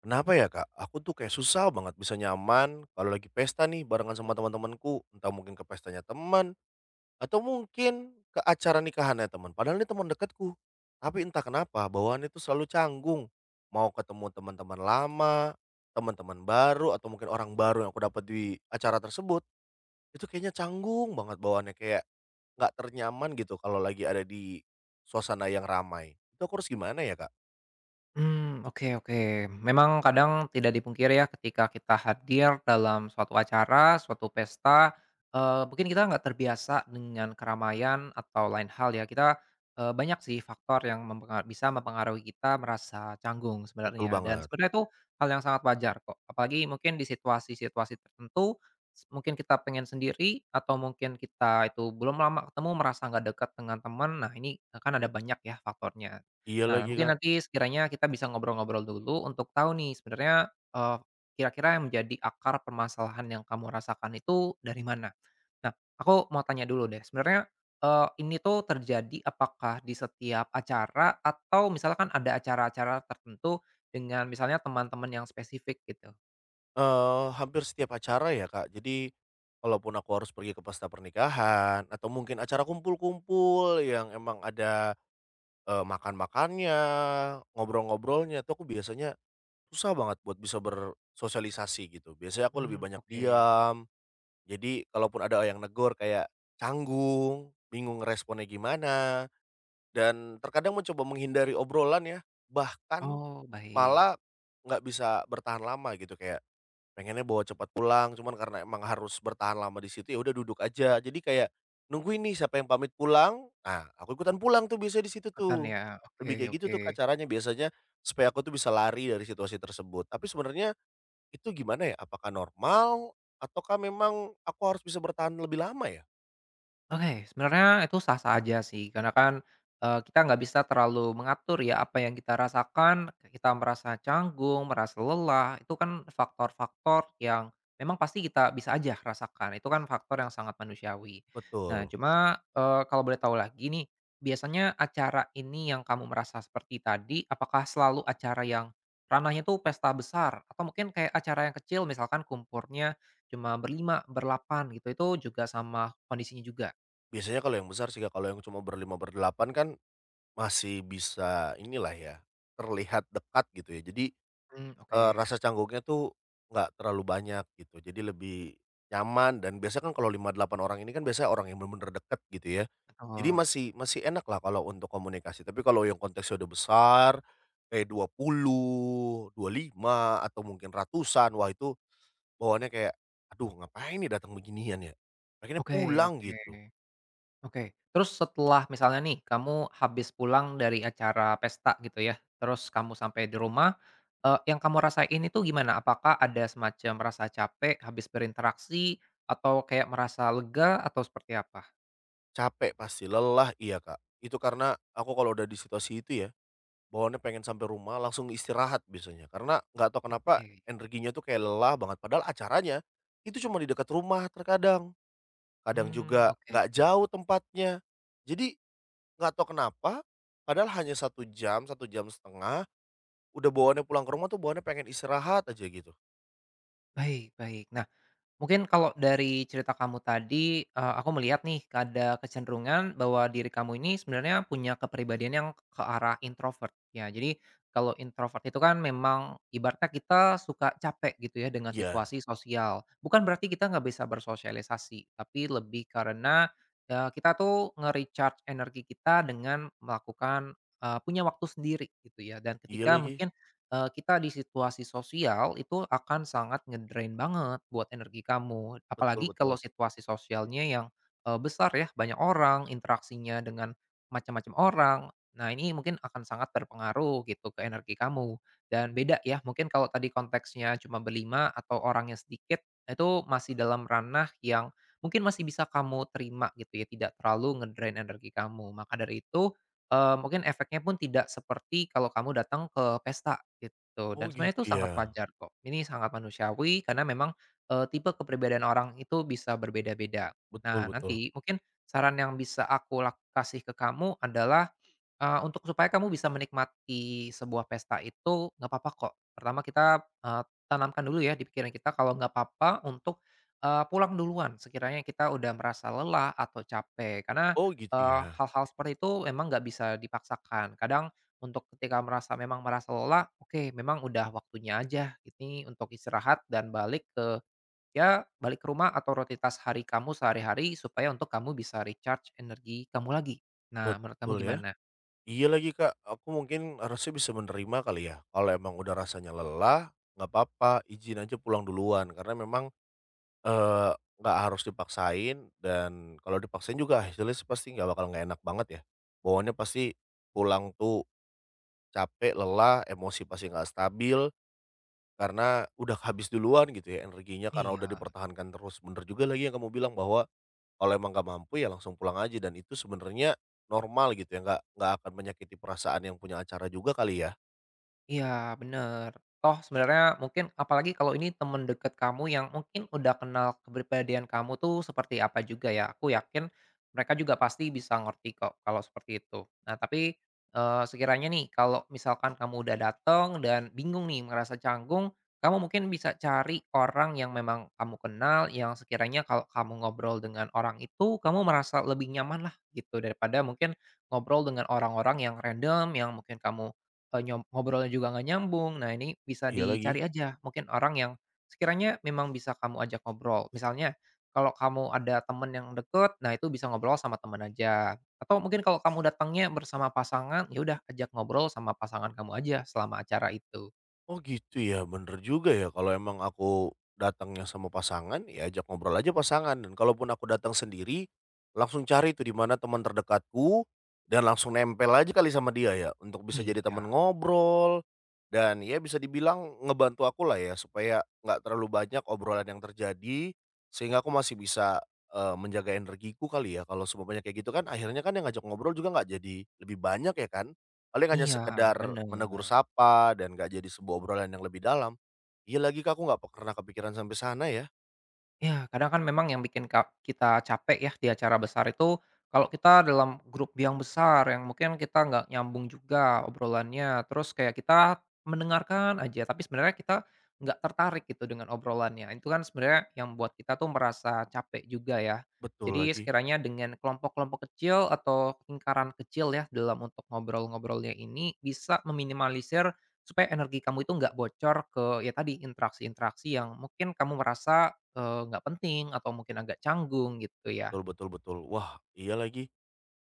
Kenapa ya Kak, aku tuh kayak susah banget bisa nyaman kalau lagi pesta nih barengan sama teman-temanku, entah mungkin ke pestanya teman atau mungkin ke acara nikahannya teman, padahal ini teman dekatku. Tapi entah kenapa bawaan itu selalu canggung, mau ketemu teman-teman lama, teman-teman baru atau mungkin orang baru yang aku dapat di acara tersebut, itu kayaknya canggung banget bawaannya kayak nggak ternyaman gitu kalau lagi ada di suasana yang ramai. Itu aku harus gimana ya Kak? Hmm, oke, oke. Memang kadang tidak dipungkiri ya ketika kita hadir dalam suatu acara, suatu pesta, mungkin kita nggak terbiasa dengan keramaian atau lain hal ya. Banyak sih faktor yang bisa mempengaruhi kita merasa canggung Betul sebenarnya, dan banget. sebenarnya itu hal yang sangat wajar kok. Apalagi mungkin di situasi-situasi tertentu, mungkin kita pengen sendiri atau mungkin kita itu belum lama ketemu, merasa nggak dekat dengan teman. Nah ini, kan ada banyak ya faktornya. Iya Nah, lagi mungkin Kak. nanti sekiranya kita bisa ngobrol-ngobrol dulu untuk tahu nih sebenarnya, kira-kira yang menjadi akar permasalahan yang kamu rasakan itu dari mana? Nah, aku mau tanya dulu deh sebenarnya, ini tuh terjadi apakah di setiap acara atau misalkan ada acara-acara tertentu dengan misalnya teman-teman yang spesifik gitu? Hampir setiap acara ya, Kak. Jadi, kalaupun aku harus pergi ke pesta pernikahan atau mungkin acara kumpul-kumpul yang emang ada, makan-makannya, ngobrol-ngobrolnya tuh aku biasanya susah banget buat bisa bersosialisasi gitu. Biasanya aku lebih Hmm, banyak oke. diam, jadi kalaupun ada yang negor kayak canggung, bingung responnya gimana, dan terkadang mencoba menghindari obrolan ya, bahkan Oh, baik. malah nggak bisa bertahan lama gitu kayak pengennya bawa cepat pulang, cuman karena emang harus bertahan lama di situ, ya udah duduk aja. Jadi kayak nungguin nih siapa yang pamit pulang, nah aku ikutan pulang tuh biasanya di situ Ikutan tuh. ya? Oke, Lebih kayak gitu oke. tuh Kak caranya biasanya supaya aku tuh bisa lari dari situasi tersebut. Tapi sebenarnya itu gimana ya? Apakah normal ataukah memang aku harus bisa bertahan lebih lama ya? Oke, sebenarnya itu sah-sah aja sih, karena kan, kita nggak bisa terlalu mengatur ya apa yang kita rasakan, kita merasa canggung, merasa lelah, itu kan faktor-faktor yang memang pasti kita bisa aja rasakan, itu kan faktor yang sangat manusiawi. Nah, Betul. cuma, kalau boleh tahu lagi nih, biasanya acara ini yang kamu merasa seperti tadi, apakah selalu acara yang ranahnya tuh pesta besar atau mungkin kayak acara yang kecil misalkan kumpurnya cuma berlima, berlapan gitu, itu juga sama kondisinya juga? Biasanya kalau yang besar sih Kak, kalau yang cuma berlima, berdelapan kan masih bisa inilah ya, terlihat dekat gitu ya. Jadi Mmm, oke, rasa canggungnya tuh nggak terlalu banyak gitu, jadi lebih nyaman dan biasanya kan kalau 5 8 orang ini kan biasanya orang yang bener-bener deket gitu ya. Jadi betul. masih masih enak lah kalau untuk komunikasi, tapi kalau yang konteksnya udah besar, kayak 20, lima atau mungkin ratusan, wah itu bawaannya kayak, "Aduh ngapain nih datang beginian ya? Pengennya Oke, pulang," oke, gitu. oke. Terus setelah misalnya nih, kamu habis pulang dari acara pesta gitu ya, terus kamu sampai di rumah, yang kamu rasain itu gimana? Apakah ada semacam rasa capek habis berinteraksi, atau kayak merasa lega, atau seperti apa? Capek pasti, lelah iya, Kak. Itu karena aku kalau udah di situasi itu ya bawaannya pengen sampai rumah langsung istirahat biasanya, karena nggak tahu kenapa Oke, energinya tuh kayak lelah banget, padahal acaranya itu cuma di dekat rumah terkadang, kadang mmm, juga oke. nggak jauh tempatnya. Jadi nggak tahu kenapa, padahal hanya 1 jam, 1 jam setengah, udah bawaannya pulang ke rumah tuh bawaannya pengen istirahat aja gitu. Baik, baik. Nah, mungkin kalau dari cerita kamu tadi, aku melihat nih ada kecenderungan bahwa diri kamu ini sebenarnya punya kepribadian yang ke arah introvert ya. Jadi kalau introvert itu kan memang ibaratnya kita suka capek gitu ya dengan Iya, situasi sosial. Bukan berarti kita nggak bisa bersosialisasi, tapi lebih karena, kita tuh nge-recharge energi kita dengan melakukan, punya waktu sendiri gitu ya. Dan iya ketika lagi, mungkin kita di situasi sosial itu akan sangat ngedrain banget buat energi kamu. betul Apalagi betul. kalau situasi sosialnya yang, besar ya, banyak orang, interaksinya dengan macam-macam orang. Nah, ini mungkin akan sangat berpengaruh gitu ke energi kamu. Dan beda ya, mungkin kalau tadi konteksnya cuma berlima atau orangnya sedikit, itu masih dalam ranah yang mungkin masih bisa kamu terima gitu ya, tidak terlalu ngedrain energi kamu. Maka dari itu, mungkin efeknya pun tidak seperti kalau kamu datang ke pesta gitu, Oh dan sebenarnya itu gitu ya? sangat wajar kok. Ini sangat manusiawi karena memang, tipe kepribadian orang itu bisa berbeda-beda. Betul Nah, betul. nanti mungkin saran yang bisa aku kasih ke kamu adalah, untuk supaya kamu bisa menikmati sebuah pesta itu nggak apa-apa kok. Pertama kita, tanamkan dulu ya di pikiran kita kalau nggak apa-apa untuk, pulang duluan sekiranya kita udah merasa lelah atau capek. Karena, Oh gitu ya? hal-hal seperti itu memang nggak bisa dipaksakan. Kadang untuk ketika merasa memang merasa lelah, oke memang udah waktunya aja ini untuk istirahat dan balik ke ya balik ke rumah atau rutinitas hari kamu sehari-hari supaya untuk kamu bisa recharge energi kamu lagi. Nah, menurut kamu Betul ya? gimana? Iya lagi, Kak, aku mungkin harusnya bisa menerima kali ya, kalau emang udah rasanya lelah, nggak apa-apa, izin aja pulang duluan, karena memang, eee, nggak harus dipaksain dan kalau dipaksain juga hasilnya sih pasti nggak bakal nggak enak banget ya. Bawaannya pasti pulang tuh capek, lelah, emosi pasti nggak stabil, karena udah habis duluan gitu ya energinya, karena udah Iya. dipertahankan terus. Bener juga lagi yang kamu bilang bahwa kalau emang nggak mampu ya langsung pulang aja dan itu sebenarnya normal gitu ya, nggak akan menyakiti perasaan yang punya acara juga kali ya? Iya, bener. Toh sebenarnya mungkin apalagi kalau ini temen deket kamu yang mungkin udah kenal kepribadian kamu tuh seperti apa juga ya. Aku yakin mereka juga pasti bisa ngerti kok kalau seperti itu. Nah, tapi sekiranya nih kalau misalkan kamu udah dateng dan bingung nih merasa canggung, kamu mungkin bisa cari orang yang memang kamu kenal yang sekiranya kalau kamu ngobrol dengan orang itu kamu merasa lebih nyaman lah gitu daripada mungkin ngobrol dengan orang-orang yang random yang mungkin kamu Eee, nyom ngobrolnya juga nggak nyambung. Nah, ini bisa Iya lagi. dicari aja mungkin orang yang sekiranya memang bisa kamu ajak ngobrol. Misalnya kalau kamu ada temen yang deket, nah itu bisa ngobrol sama temen aja. Atau mungkin kalau kamu datangnya bersama pasangan, ya udah ajak ngobrol sama pasangan kamu aja selama acara itu. Oh gitu ya, bener juga ya kalau emang aku datangnya sama pasangan, ya ajak ngobrol aja pasangan dan kalaupun aku datang sendiri, langsung cari tuh di mana teman terdekatku dan langsung nempel aja kali sama dia ya untuk bisa jadi Iya. teman ngobrol dan ya bisa dibilang ngebantu aku lah ya supaya nggak terlalu banyak obrolan yang terjadi sehingga aku masih bisa, menjaga energiku kali ya kalau semuanya kayak gitu kan akhirnya kan yang ngajak ngobrol juga nggak jadi lebih banyak ya kan? Paling hanya Iya, sekedar menegur bener. sapa dan nggak jadi sebuah obrolan yang lebih dalam. Iya lagi Kak, aku nggak pernah kepikiran sampai sana ya. Ya, kadang kan memang yang bikin kita capek ya di acara besar itu, kalau kita dalam grup yang besar yang mungkin kita nggak nyambung juga obrolannya, terus kayak kita mendengarkan aja, tapi sebenarnya kita nggak tertarik gitu dengan obrolannya. Itu kan sebenarnya yang buat kita tuh merasa capek juga ya. Betul Jadi lagi, sekiranya dengan kelompok-kelompok kecil atau lingkaran kecil ya dalam untuk ngobrol-ngobrolnya ini bisa meminimalisir supaya energi kamu itu nggak bocor ke ya tadi interaksi-interaksi yang mungkin kamu merasa nggak penting atau mungkin agak canggung gitu ya. betul betul betul. Wah, iya lagi.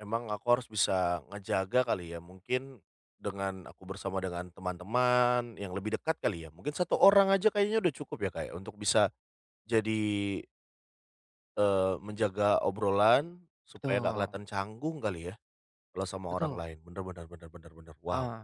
Emang aku harus bisa ngejaga kali ya, mungkin dengan aku bersama dengan teman-teman yang lebih dekat kali ya. Mungkin satu orang aja kayaknya udah cukup ya kayak untuk bisa jadi, menjaga obrolan supaya nggak Betul, kelihatan canggung kali ya, kalau sama orang betul. lain. Bener bener bener bener bener. Wow, Heeh,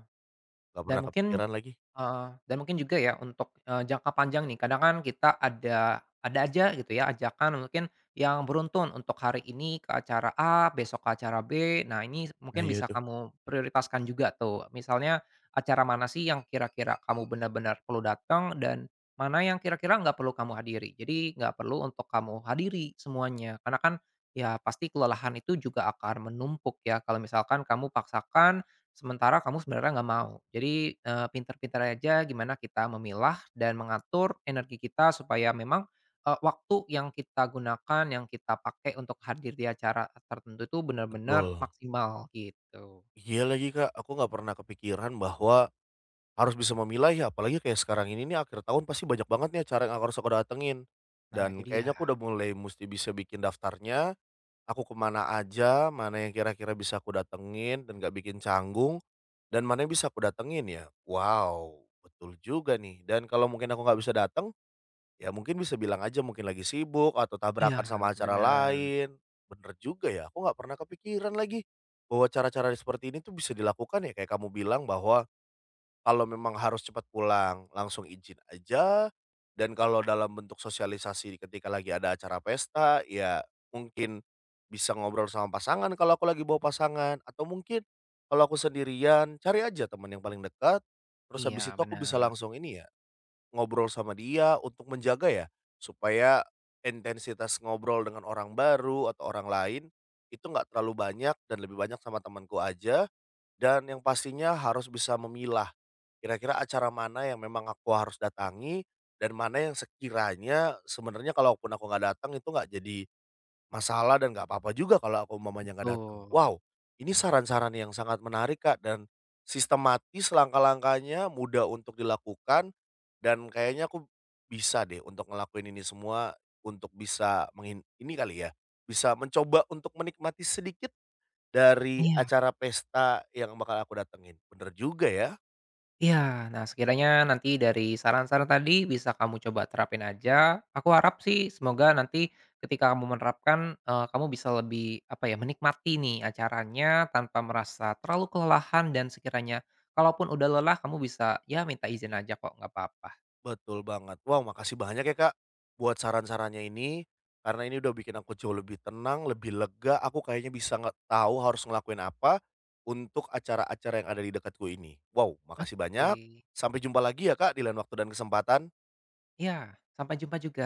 nggak dan pernah mungkin kepikiran lagi. heeh, dan mungkin juga ya untuk, jangka panjang nih kadang kan kita ada aja gitu ya ajakan mungkin yang beruntun untuk hari ini ke acara A, besok ke acara B. Nah, ini Nah mungkin iya bisa tuh, kamu prioritaskan juga tuh. Misalnya acara mana sih yang kira-kira kamu benar-benar perlu datang, dan mana yang kira-kira nggak perlu kamu hadiri. Jadi nggak perlu untuk kamu hadiri semuanya. Karena kan ya pasti kelelahan itu juga akan menumpuk ya kalau misalkan kamu paksakan sementara kamu sebenarnya nggak mau. Jadi, pinter-pinter aja gimana kita memilah dan mengatur energi kita supaya memang, waktu yang kita gunakan, yang kita pakai untuk hadir di acara tertentu itu benar-benar betul. maksimal, gitu. Iya lagi, Kak, aku nggak pernah kepikiran bahwa harus bisa memilah ya, apalagi kayak sekarang ini nih akhir tahun pasti banyak banget nih acara yang harus aku datengin. Nah, Dan itu dia. kayaknya aku udah mulai mesti bisa bikin daftarnya, aku kemana aja, mana yang kira-kira bisa aku datengin dan nggak bikin canggung, dan mana yang bisa aku datengin ya. Wow, betul juga nih, dan kalau mungkin aku nggak bisa datang. Ya mungkin bisa bilang aja mungkin lagi sibuk atau Iya, tabrakan sama acara benar. lain. Bener juga ya, aku nggak pernah kepikiran lagi bahwa cara-cara seperti ini tuh bisa dilakukan ya kayak kamu bilang bahwa kalau memang harus cepat pulang langsung izin aja dan kalau dalam bentuk sosialisasi ketika lagi ada acara pesta ya mungkin bisa ngobrol sama pasangan kalau aku lagi bawa pasangan atau mungkin kalau aku sendirian cari aja teman yang paling dekat terus Iya, habis itu aku bisa benar. langsung ini ya ngobrol sama dia untuk menjaga ya, supaya intensitas ngobrol dengan orang baru atau orang lain, itu nggak terlalu banyak dan lebih banyak sama temanku aja, dan yang pastinya harus bisa memilah, kira-kira acara mana yang memang aku harus datangi, dan mana yang sekiranya sebenarnya kalaupun aku nggak datang itu nggak jadi masalah dan nggak apa-apa juga kalau aku mamanya nggak datang. Betul. Wow, ini saran-saran yang sangat menarik, Kak, dan sistematis langkah-langkahnya, mudah untuk dilakukan, dan kayaknya aku bisa deh untuk ngelakuin ini semua, untuk bisa mengin ini kali ya, bisa mencoba untuk menikmati sedikit dari Iya. acara pesta yang bakal aku datengin. Bener juga ya. Iya, nah sekiranya nanti dari saran-saran tadi bisa kamu coba terapin aja. Aku harap sih semoga nanti ketika kamu menerapkan, kamu bisa lebih, apa ya, menikmati nih acaranya tanpa merasa terlalu kelelahan, dan sekiranya kalaupun udah lelah kamu bisa, ya minta izin aja kok, nggak apa-apa. Betul banget. Wow, makasih banyak ya, Kak, buat saran-sarannya ini, karena ini udah bikin aku jauh lebih tenang, lebih lega, aku kayaknya bisa nggak tahu harus ngelakuin apa untuk acara-acara yang ada di dekatku ini. Wow, makasih banyak, Oke. sampai jumpa lagi ya, Kak, di lain waktu dan kesempatan. Iya, sampai jumpa juga.